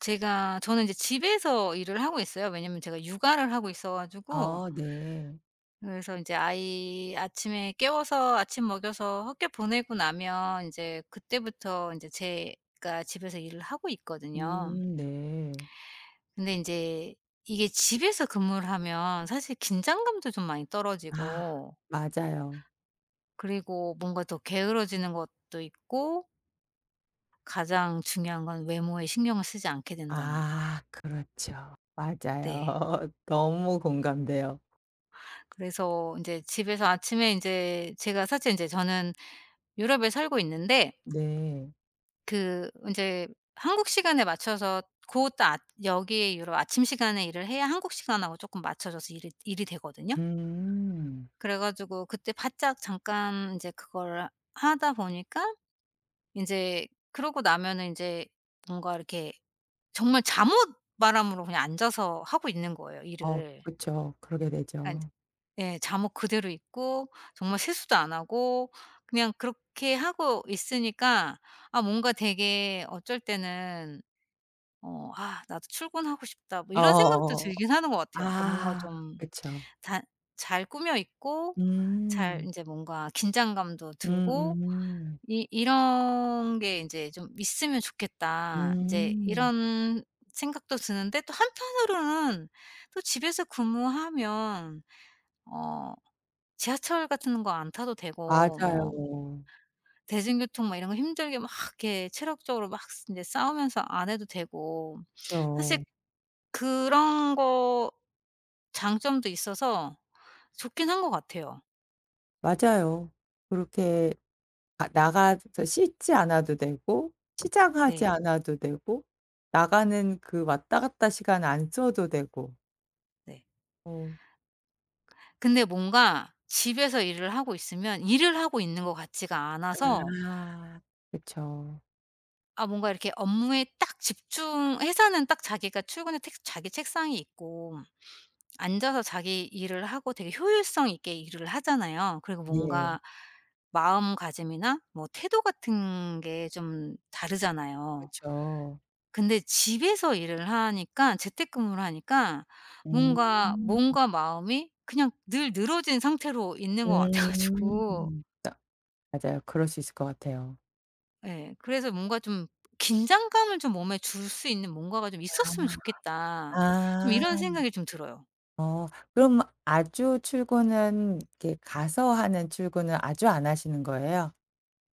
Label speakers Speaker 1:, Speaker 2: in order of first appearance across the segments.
Speaker 1: 제가 저는 이제 집에서 일을 하고 있어요. 왜냐면 제가 육아를 하고 있어 가지고,
Speaker 2: 아, 네.
Speaker 1: 그래서 이제 아이 아침에 깨워서 아침 먹여서 학교 보내고 나면, 이제 그때부터 이제 제가 집에서 일을 하고 있거든요.
Speaker 2: 음, 네.
Speaker 1: 근데 이제 이게 집에서 근무를 하면, 사실 긴장감도 좀 많이
Speaker 2: 아,
Speaker 1: 떨어지고,
Speaker 2: 맞아요.
Speaker 1: 그리고 뭔가 더 게으러지는 것도 있고, 가장 중요한 건 외모에 신경을 쓰지 않게 된다는 거예요.
Speaker 2: 아, 그렇죠. 맞아요.
Speaker 1: 네.
Speaker 2: 너무 공감돼요.
Speaker 1: 그래서 이제 집에서 아침에 이제 제가 사실 이제 저는 유럽에 살고 있는데,
Speaker 2: 네.
Speaker 1: 그 이제 한국 시간에 맞춰서, 곧또 아 여기에 유럽 아침 시간에 일을 해야 한국 시간하고 조금 맞춰져서 일이 되거든요.
Speaker 2: 음.
Speaker 1: 그래 가지고 그때 바짝 잠깐 이제 그걸 하다 보니까, 이제 그러고 나면은 이제 뭔가 이렇게 정말 잠옷 바람으로 그냥 앉아서 하고 있는 거예요
Speaker 2: 어,
Speaker 1: 일을.
Speaker 2: 그쵸. 그러게
Speaker 1: 그러니까
Speaker 2: 되죠.
Speaker 1: 예. 잠옷 그대로 입고, 정말 세수도 안 하고 그냥 그렇게 하고 있으니까, 아 뭔가 되게 어쩔 때는 '아 나도 출근하고 싶다.' 뭐 이런 생각도
Speaker 2: 어.
Speaker 1: 들긴 하는 것 같아요. 그러니까 뭔가
Speaker 2: 아,
Speaker 1: 좀
Speaker 2: 그쵸.
Speaker 1: 다 잘 꾸며 입고, 잘
Speaker 2: 음.
Speaker 1: 이제 뭔가 긴장감도
Speaker 2: 음,
Speaker 1: 들고, 이 '이런 게 이제 좀 있으면
Speaker 2: 음.
Speaker 1: 좋겠다.' 이제 이런 생각도 드는데, 또 한편으로는 또 집에서 근무하면 어 지하철 같은 거 안 타도 되고, 뭐
Speaker 2: 맞아요.
Speaker 1: 대중교통 막 이런 거 힘들게 막 이렇게 체력적으로 막 인제 싸우면서 안 해도 되고, 사실
Speaker 2: 그쵸.
Speaker 1: 그런 거 장점도 있어서 좋긴 한 것 같아요.
Speaker 2: 맞아요. 그렇게 아, 나가서 씻지 않아도 되고 치장하지
Speaker 1: 네.
Speaker 2: 않아도 되고 나가는 그 왔다 갔다 시간 안 써도 되고.
Speaker 1: 네.
Speaker 2: 어.
Speaker 1: 근데 뭔가 집에서 일을 하고 있으면 일을 하고 있는 것 같지가 않아서,
Speaker 2: 아. 그쵸.
Speaker 1: 아 뭔가 이렇게 업무에 딱 집중, 회사는 딱 자기가 출근해 택 자기 책상이 있고 앉아서 자기 일을 하고 되게 효율성 있게 일을 하잖아요. 그리고
Speaker 2: 네.
Speaker 1: 뭔가 마음가짐이나 뭐 태도 같은 게 좀 다르잖아요.
Speaker 2: 그쵸.
Speaker 1: 근데 집에서 일을 하니까, 재택근무를 하니까,
Speaker 2: 음.
Speaker 1: 뭔가 몸과 마음이 그냥 늘 늘어진 상태로 있는 것 같아 가지고.
Speaker 2: 음. 딱 맞아요. 그럴 수 있을 것 같아요.
Speaker 1: 예, 그래서 뭔가 좀 '긴장감을 좀 몸에 줄 수 있는 뭔가가 좀 있었으면
Speaker 2: 아.
Speaker 1: 좋겠다.' 좀
Speaker 2: 아.
Speaker 1: 이런 생각이 좀 들어요.
Speaker 2: 어, 그럼 아주 출근은 이렇게 가서 하는 출근은 아주 안 하시는 거예요?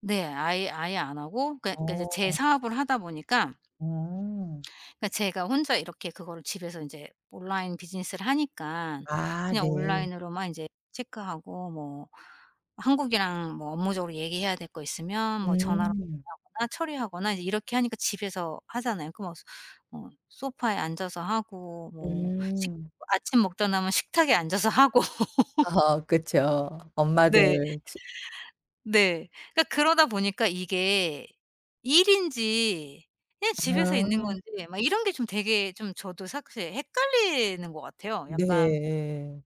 Speaker 1: 네. 아예 안 하고. 그러니까 이제 제
Speaker 2: 어.
Speaker 1: 사업을 하다 보니까,
Speaker 2: 음.
Speaker 1: 그러니까 제가 혼자 이렇게 그거를 집에서 인제 온라인 비즈니스를 하니까,
Speaker 2: 아,
Speaker 1: 그냥
Speaker 2: 네.
Speaker 1: 온라인으로만 인제 체크하고, 뭐 한국이랑 뭐 업무적으로 얘기해야 될 거 있으면 뭐 전화로
Speaker 2: 음.
Speaker 1: 하거나 처리하거나, 이제 이렇게 하니까 집에서 하잖아요. 그 뭐 소파에 앉아서 하고, 뭐 식
Speaker 2: 음.
Speaker 1: 아침 먹다 남은 식탁에 앉아서 하고,
Speaker 2: 아, 그쵸.
Speaker 1: 네.
Speaker 2: 엄마들 지
Speaker 1: 네. 그러니까 그러다 보니까, 이게 일인지 그냥
Speaker 2: 아.
Speaker 1: 집에서 있는 건지 막 이런 게 좀 되게 좀 저도 사실 헷갈리는 것 같아요, 약간.
Speaker 2: 네.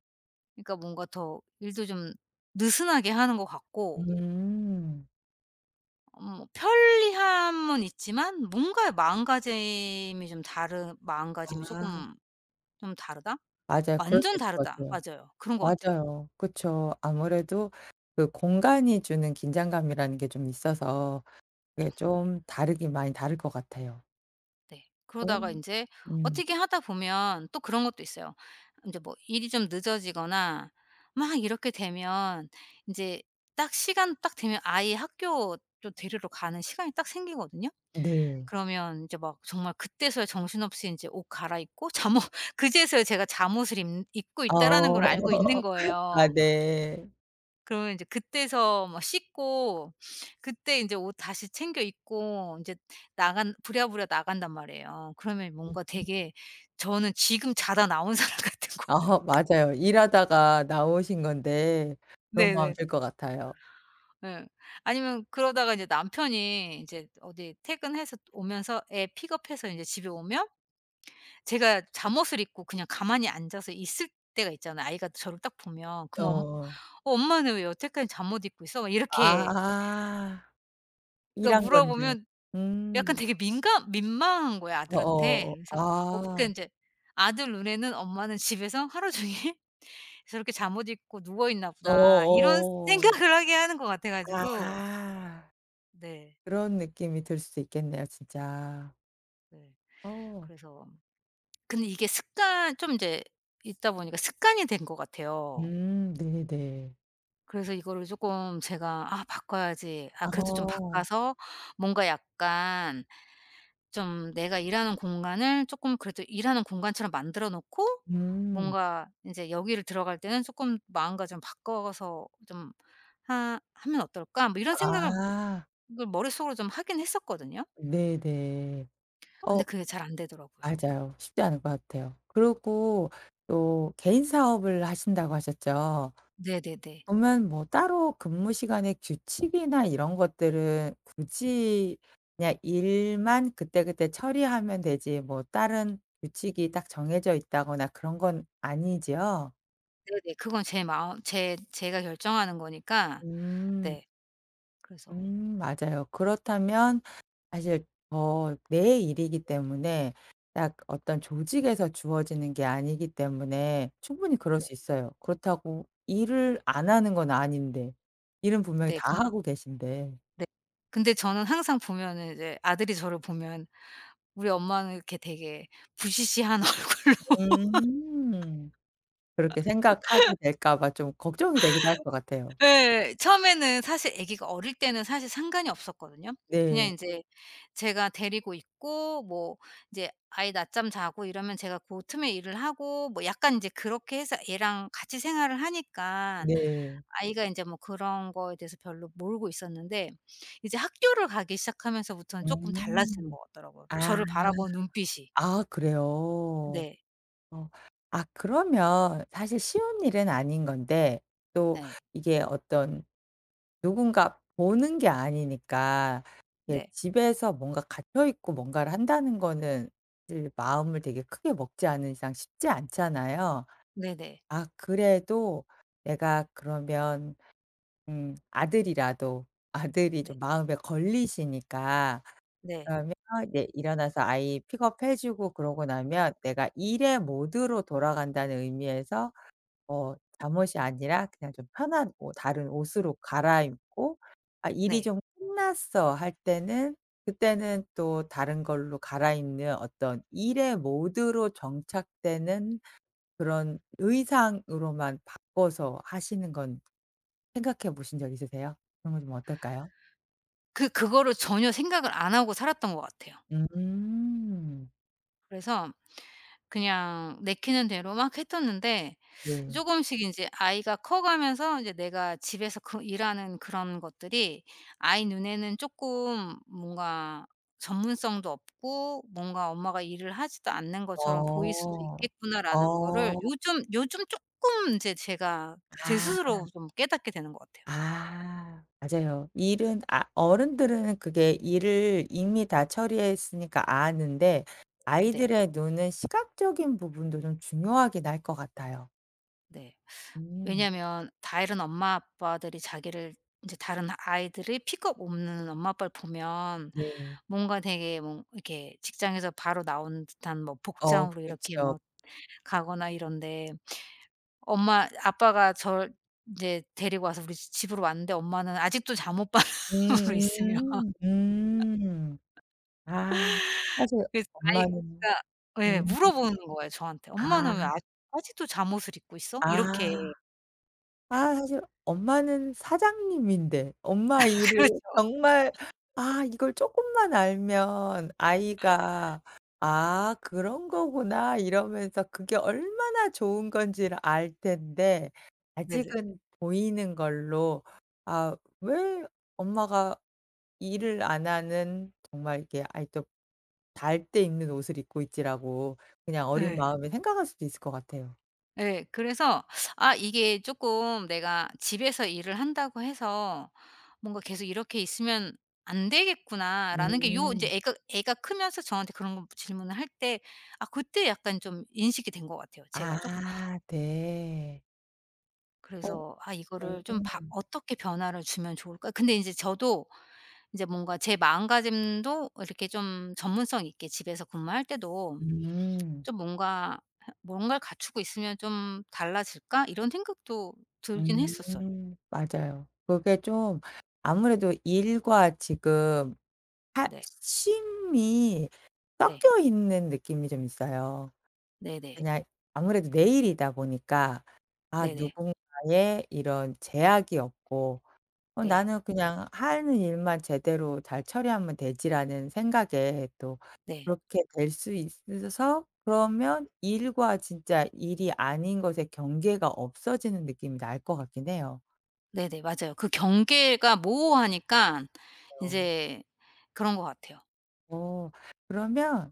Speaker 1: 그러니까 뭔가 더 일도 좀 느슨하게 하는 것 같고,
Speaker 2: 음.
Speaker 1: 편리함은 있지만 뭔가 마음가짐이
Speaker 2: 아.
Speaker 1: 쪼끔 좀 다르다?
Speaker 2: 맞아요. 그럴 수
Speaker 1: 완전
Speaker 2: 있을 것
Speaker 1: 다르다.
Speaker 2: 같아요.
Speaker 1: 맞아요. 그런 것 같아요.
Speaker 2: 맞아요. 그쵸. 아무래도 그 공간이 주는 긴장감이라는 게 좀 있어서 그게 좀 다르긴 많이 다를 것 같아요.
Speaker 1: 네.
Speaker 2: 어.
Speaker 1: 그러다가 인제
Speaker 2: 음.
Speaker 1: 어떻게 하다 보면 또 그런 것도 있어요. 인제 뭐 일이 좀 늦어지거나 막 이렇게 되면, 인제 딱 시간 딱 되면 아이 학교 좀 데리러 가는 시간이 딱 생기거든요.
Speaker 2: 네.
Speaker 1: 그러면 인제 막 정말 그때서야 정신없이 인제 옷 갈아입고, 잠옷 그제서야 제가 '잠옷을 입 입고
Speaker 2: 어.
Speaker 1: 있다.'라는 걸 알고 있는
Speaker 2: 아,
Speaker 1: 거예요.
Speaker 2: 네.
Speaker 1: 그러면 이제 그때서 막 씻고 그때 이제 옷 다시 챙겨 입고 이제 나간 부랴부랴 나간단 말이에요. 그러면 뭔가 되게 저는 지금 자다 나온 사람 같은 거.
Speaker 2: 아, 맞아요. 일하다가 나오신 건데 그런 마음
Speaker 1: 네네.
Speaker 2: 들 것 같아요.
Speaker 1: 예. 아니면 그러다가 이제 남편이 인제 어디 퇴근해서 오면서 애 픽업해서 인제 집에 오면, 제가 잠옷을 입고 그냥 가만히 앉아서 있을 때가 있잖아요. 아이가 저를 딱 보면, 그럼 엄
Speaker 2: 어.
Speaker 1: 엄마는 왜 여태까지 잠옷 입고 있어?" 막 이렇게
Speaker 2: 아.
Speaker 1: 그러니까
Speaker 2: 일한 건데.
Speaker 1: 물어보면, 약간
Speaker 2: 음.
Speaker 1: 되게 민감 민망한 거야, 아들한테.
Speaker 2: 어어.
Speaker 1: 그래서 그러니까
Speaker 2: 아.
Speaker 1: 인제 아들 눈에는 '엄마는 집에서 하루 종일 저렇게 잠옷 입고 누워 있나 보다.' 이런
Speaker 2: 어어.
Speaker 1: 생각을 하게 하는 것 같아 가지고.
Speaker 2: 아.
Speaker 1: 네.
Speaker 2: 그런 느낌이 들 수 있겠네요, 진짜.
Speaker 1: 네.
Speaker 2: 어.
Speaker 1: 그래서, 근데 이게 습관 좀 인제 있다 보니까 습관이 된 것 같아요.
Speaker 2: 음, 네네.
Speaker 1: 그래서 이거를 쪼끔 제가 '아 바꿔야지.' 아 그래도 좀
Speaker 2: 어.
Speaker 1: 바꿔서, 뭔가 약간 좀 내가 일하는 공간을 조금 그래도 일하는 공간처럼 만들어 놓고,
Speaker 2: 음.
Speaker 1: 뭔가 인제 여기를 들어갈 때는 쪼끔 '마음가짐 바꿔서 좀 하 하면 어떨까?' 뭐 이런 생각을
Speaker 2: 아.
Speaker 1: 을 머릿속으로 좀 하긴 했었거든요.
Speaker 2: 네네.
Speaker 1: 근데
Speaker 2: 어,
Speaker 1: 그게 잘 안 되더라고요.
Speaker 2: 맞아요. 쉽지 않을 것 같아요. 그리고 또 개인 사업을 하신다고 하셨죠?
Speaker 1: 네네네.
Speaker 2: 그러면 뭐 따로 근무 시간의 규칙이나 이런 것들은 굳이 그냥 일만 그때그때 처리하면 되지 뭐 다른 규칙이 딱 정해져 있다거나 그런 건 아니지요?
Speaker 1: 네네. 그건 제 마음 제 제가 결정하는 거니까.
Speaker 2: 음.
Speaker 1: 네. 그래서.
Speaker 2: 음, 맞아요. 그렇다면 사실 더 내 일이기 때문에 딱 어떤 조직에서 주어지는 게 아니기 때문에 충분히 그럴
Speaker 1: 네.
Speaker 2: 수 있어요. 그렇다고 일을 안 하는 건 아닌데. 일은 분명히
Speaker 1: 네
Speaker 2: 다
Speaker 1: 근
Speaker 2: 하고 계신데.
Speaker 1: 네. 근데 저는 항상 보면은, 이제 아들이 저를 보면 우리 엄마는 이렇게 되게 부시시한 얼굴로.
Speaker 2: 음. 그렇게 생각하게 될까 봐 좀 걱정이 되기도 할 것 같아요.
Speaker 1: 예. 처음에는 사실 아기가 어릴 때는 사실 상관이 없었거든요. 그냥
Speaker 2: 네.
Speaker 1: 인제 제가 데리고 있고 뭐 이제 아이 낮잠 자고 이러면 제가 고 틈에 일을 하고 뭐 약간 인제 그렇게 해서 얘랑 같이 생활을 하니깐,
Speaker 2: 네.
Speaker 1: 아이가 인제 뭐 그런 거에 대해서 별로 모르고 있었는데, 이제 학교를 가기 시작하면서부터는 쪼끔 달라지는
Speaker 2: 음.
Speaker 1: 것 같더라고요,
Speaker 2: 아.
Speaker 1: 저를 바라보는 눈빛이.
Speaker 2: 아, 그래요?
Speaker 1: 네.
Speaker 2: 어. 아, 그러면 사실 쉬운 일은 아닌 건데 또
Speaker 1: 네.
Speaker 2: 이게 어떤 누군가 보는 게 아니니까 이게
Speaker 1: 네.
Speaker 2: 집에서 뭔가 갇혀 있고 뭔가를 한다는 거는 사실 마음을 되게 크게 먹지 않은 이상 쉽지 않잖아요.
Speaker 1: 네네.
Speaker 2: 아, 그래도 내가 그러면 음, 아들이라도 아들이
Speaker 1: 네.
Speaker 2: 좀 마음에 걸리시니까
Speaker 1: 네.
Speaker 2: 그러면 이제 일어나서 아이 픽업해 주고 그러고 나면 내가 일의 모드로 돌아간다는 의미에서 어, 잠옷이 아니라 그냥 좀 편한 옷 다른 옷으로 갈아입고 '아, 일이
Speaker 1: 네.
Speaker 2: 좀 끝났어.' 할 때는 그때는 또 다른 걸로 갈아입는 어떤 일의 모드로 정착되는 그런 의상으로만 바꿔서 하시는 건 생각해 보신 적 있으세요? 그런 거 좀 어떨까요?
Speaker 1: 그거를 전혀 생각을 안 하고 살았던 것 같아요.
Speaker 2: 음.
Speaker 1: 그래서 그냥 내키는 대로 막 했었는데,
Speaker 2: 네.
Speaker 1: 조금씩 인제 아이가 커가면서 이제 내가 집에서 그 일하는 그런 것들이 아이 눈에는 쪼끔 뭔가 전문성도 없고 뭔가 '엄마가 일을 하지도 않는 것처럼 보일
Speaker 2: 어.
Speaker 1: 수도 있겠구나.'라는 거를
Speaker 2: 어.
Speaker 1: 요즘 요즘 쪼끔 인제 제가 제
Speaker 2: 아.
Speaker 1: 스스로 좀 깨닫게 되는 것 같아요.
Speaker 2: 아. 맞아요. 일은 아, 어른들은 그게 일을 이미 다 처리했으니까 아는데
Speaker 1: 네.
Speaker 2: 아이들의 눈은 시각적인 부분도 좀 중요하긴 할 것 같아요.
Speaker 1: 네.
Speaker 2: 음.
Speaker 1: 왜냐면 다른 엄마 아빠들이 자기를 이제 다른 아이들이, 픽업 없는 엄마 아빠를 보면
Speaker 2: 네.
Speaker 1: 뭔가 되게 뭐 이렇게 직장에서 바로 나온 듯한 뭐
Speaker 2: 어,
Speaker 1: 복장으로 이렇게
Speaker 2: 그쵸.
Speaker 1: 막 가거나 이런데, 엄마 아빠가 저를 제 데리고 와서 우리 집으로 왔는데 엄마는 아직도 잠옷 바람으로 있으며.
Speaker 2: 음음. 음. 아. 사실
Speaker 1: 그래서
Speaker 2: 엄마는
Speaker 1: 아이가, 예,
Speaker 2: 음.
Speaker 1: 물어보는 거예요 저한테.
Speaker 2: 아.
Speaker 1: "엄마는 왜 아직도 잠옷을 입고 있어?" 이렇게.
Speaker 2: 아. 아, 사실 엄마는 사장님인데 엄마 일을
Speaker 1: 그렇죠.
Speaker 2: 정말 아, 이걸 쪼끔만 알면 아이가 '아, 그런 거구나.' 이러면서 그게 얼마나 좋은 건지를 알 텐데
Speaker 1: 네네.
Speaker 2: 아직은 보이는 걸로 '아, 왜 엄마가 일을 안 하는 정말 이렇게 아이 또 닿을 때 입는 옷을 입고 있지.'라고 그냥 어린
Speaker 1: 예.
Speaker 2: 마음에 생각할 수도 있을 것 같아요.
Speaker 1: 예. 그래서 아 이게 조금 내가 집에서 일을 한다고 해서 뭔가 계속 이렇게 있으면 안 되겠구나라는 게, 요 이제
Speaker 2: 음.
Speaker 1: 애가 크면서 저한테 그런 거 질문을 할 때, 아 그때 약간 좀 인식이 된 것 같아요 제가 조금.
Speaker 2: 아, 네. 어, 어.
Speaker 1: 그래서 '아 이거를 좀 바
Speaker 2: 음.
Speaker 1: 어떻게 변화를 주면 좋을까?' 근데 이제 저도 이제 뭔가 제 마음가짐도 이렇게 좀 전문성 있게 집에서 근무할 때도
Speaker 2: 음.
Speaker 1: 좀 뭔가 '뭔가를 갖추고 있으면 좀 달라질까?' 이런 생각도 들긴 했었어요.
Speaker 2: 음. 맞아요. 그게 좀 아무래도 일과 지금 하
Speaker 1: 네.
Speaker 2: 쉼이
Speaker 1: 네.
Speaker 2: 섞여 있는 느낌이 좀 있어요.
Speaker 1: 네네.
Speaker 2: 그냥 아무래도 내일이다 보니까 아,
Speaker 1: 네네.
Speaker 2: 누군가의 이런 제약이 없고 어,
Speaker 1: 네.
Speaker 2: 나는 그냥 하는 일만 제대로 잘 처리하면 되지라는 생각에 또
Speaker 1: 네.
Speaker 2: 그렇게 될 수 있어서 그러면 일과 진짜 일이 아닌 것의 경계가 없어지는 느낌이 날 것 같긴 해요.
Speaker 1: 네네. 맞아요. 그 경계가 모호하니까
Speaker 2: 그
Speaker 1: 인제 그런 것 같아요.
Speaker 2: 어 그러면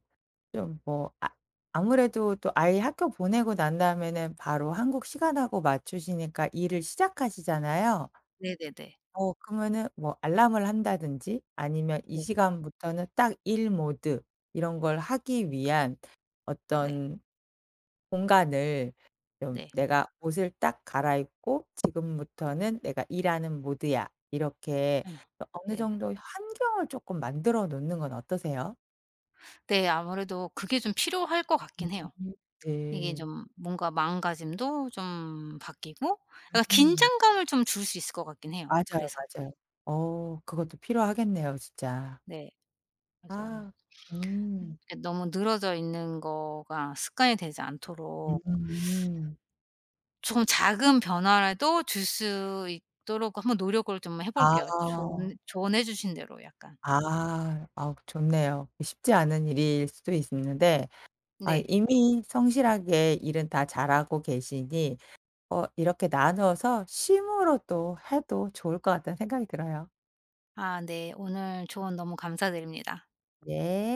Speaker 2: 좀 뭐 아, 아무래도 또 아이 학교 보내고 난 다음에는 바로 한국 시간하고 맞추시니까 일을 시작하시잖아요.
Speaker 1: 네네네. 네.
Speaker 2: 어, 그러면은 뭐 알람을 한다든지 아니면 이
Speaker 1: 네.
Speaker 2: 시간부터는 딱 일 모드 이런 걸 하기 위한
Speaker 1: 네.
Speaker 2: 어떤 공간을 좀
Speaker 1: 네,
Speaker 2: 내가 옷을 딱 갈아입고 '지금부터는 내가 일하는 모드야.' 이렇게
Speaker 1: 네,
Speaker 2: 어느
Speaker 1: 네네. 네.
Speaker 2: 정도 환경을 쪼끔 만들어 놓는 건 어떠세요?
Speaker 1: 네, 아무래도 그게 좀 필요할 것
Speaker 2: 음.
Speaker 1: 같긴 해요. 이게
Speaker 2: 네.
Speaker 1: 좀 뭔가 마음가짐도 좀 바뀌고, 약간
Speaker 2: 음.
Speaker 1: 긴장감을 좀 줄 수 있을 것 같긴 해요.
Speaker 2: 맞아요,
Speaker 1: 그래서.
Speaker 2: 맞아요. 어, 그것도 필요하겠네요, 진짜.
Speaker 1: 네. 그래서
Speaker 2: 아. 음.
Speaker 1: 이렇게 너무 늘어져 있는 거가 습관이 되지
Speaker 2: 음.
Speaker 1: 않도록,
Speaker 2: 음.
Speaker 1: 조금 작은 변화라도 줄 수 있도록 한번 노력을 좀 해 볼게요,
Speaker 2: 아.
Speaker 1: 조언해 주신 대로, 약간.
Speaker 2: 아. 아우, 좋네요. 쉽지 않은 일일 수도 있는데 아,
Speaker 1: 네.
Speaker 2: 이미 성실하게 일은 다 잘하고 계시니 어, 이렇게 나누어서 쉼으로 또 해도 좋을 것 같다는 생각이 들어요.
Speaker 1: 아 네. 오늘 조언 너무 감사드립니다.
Speaker 2: 네.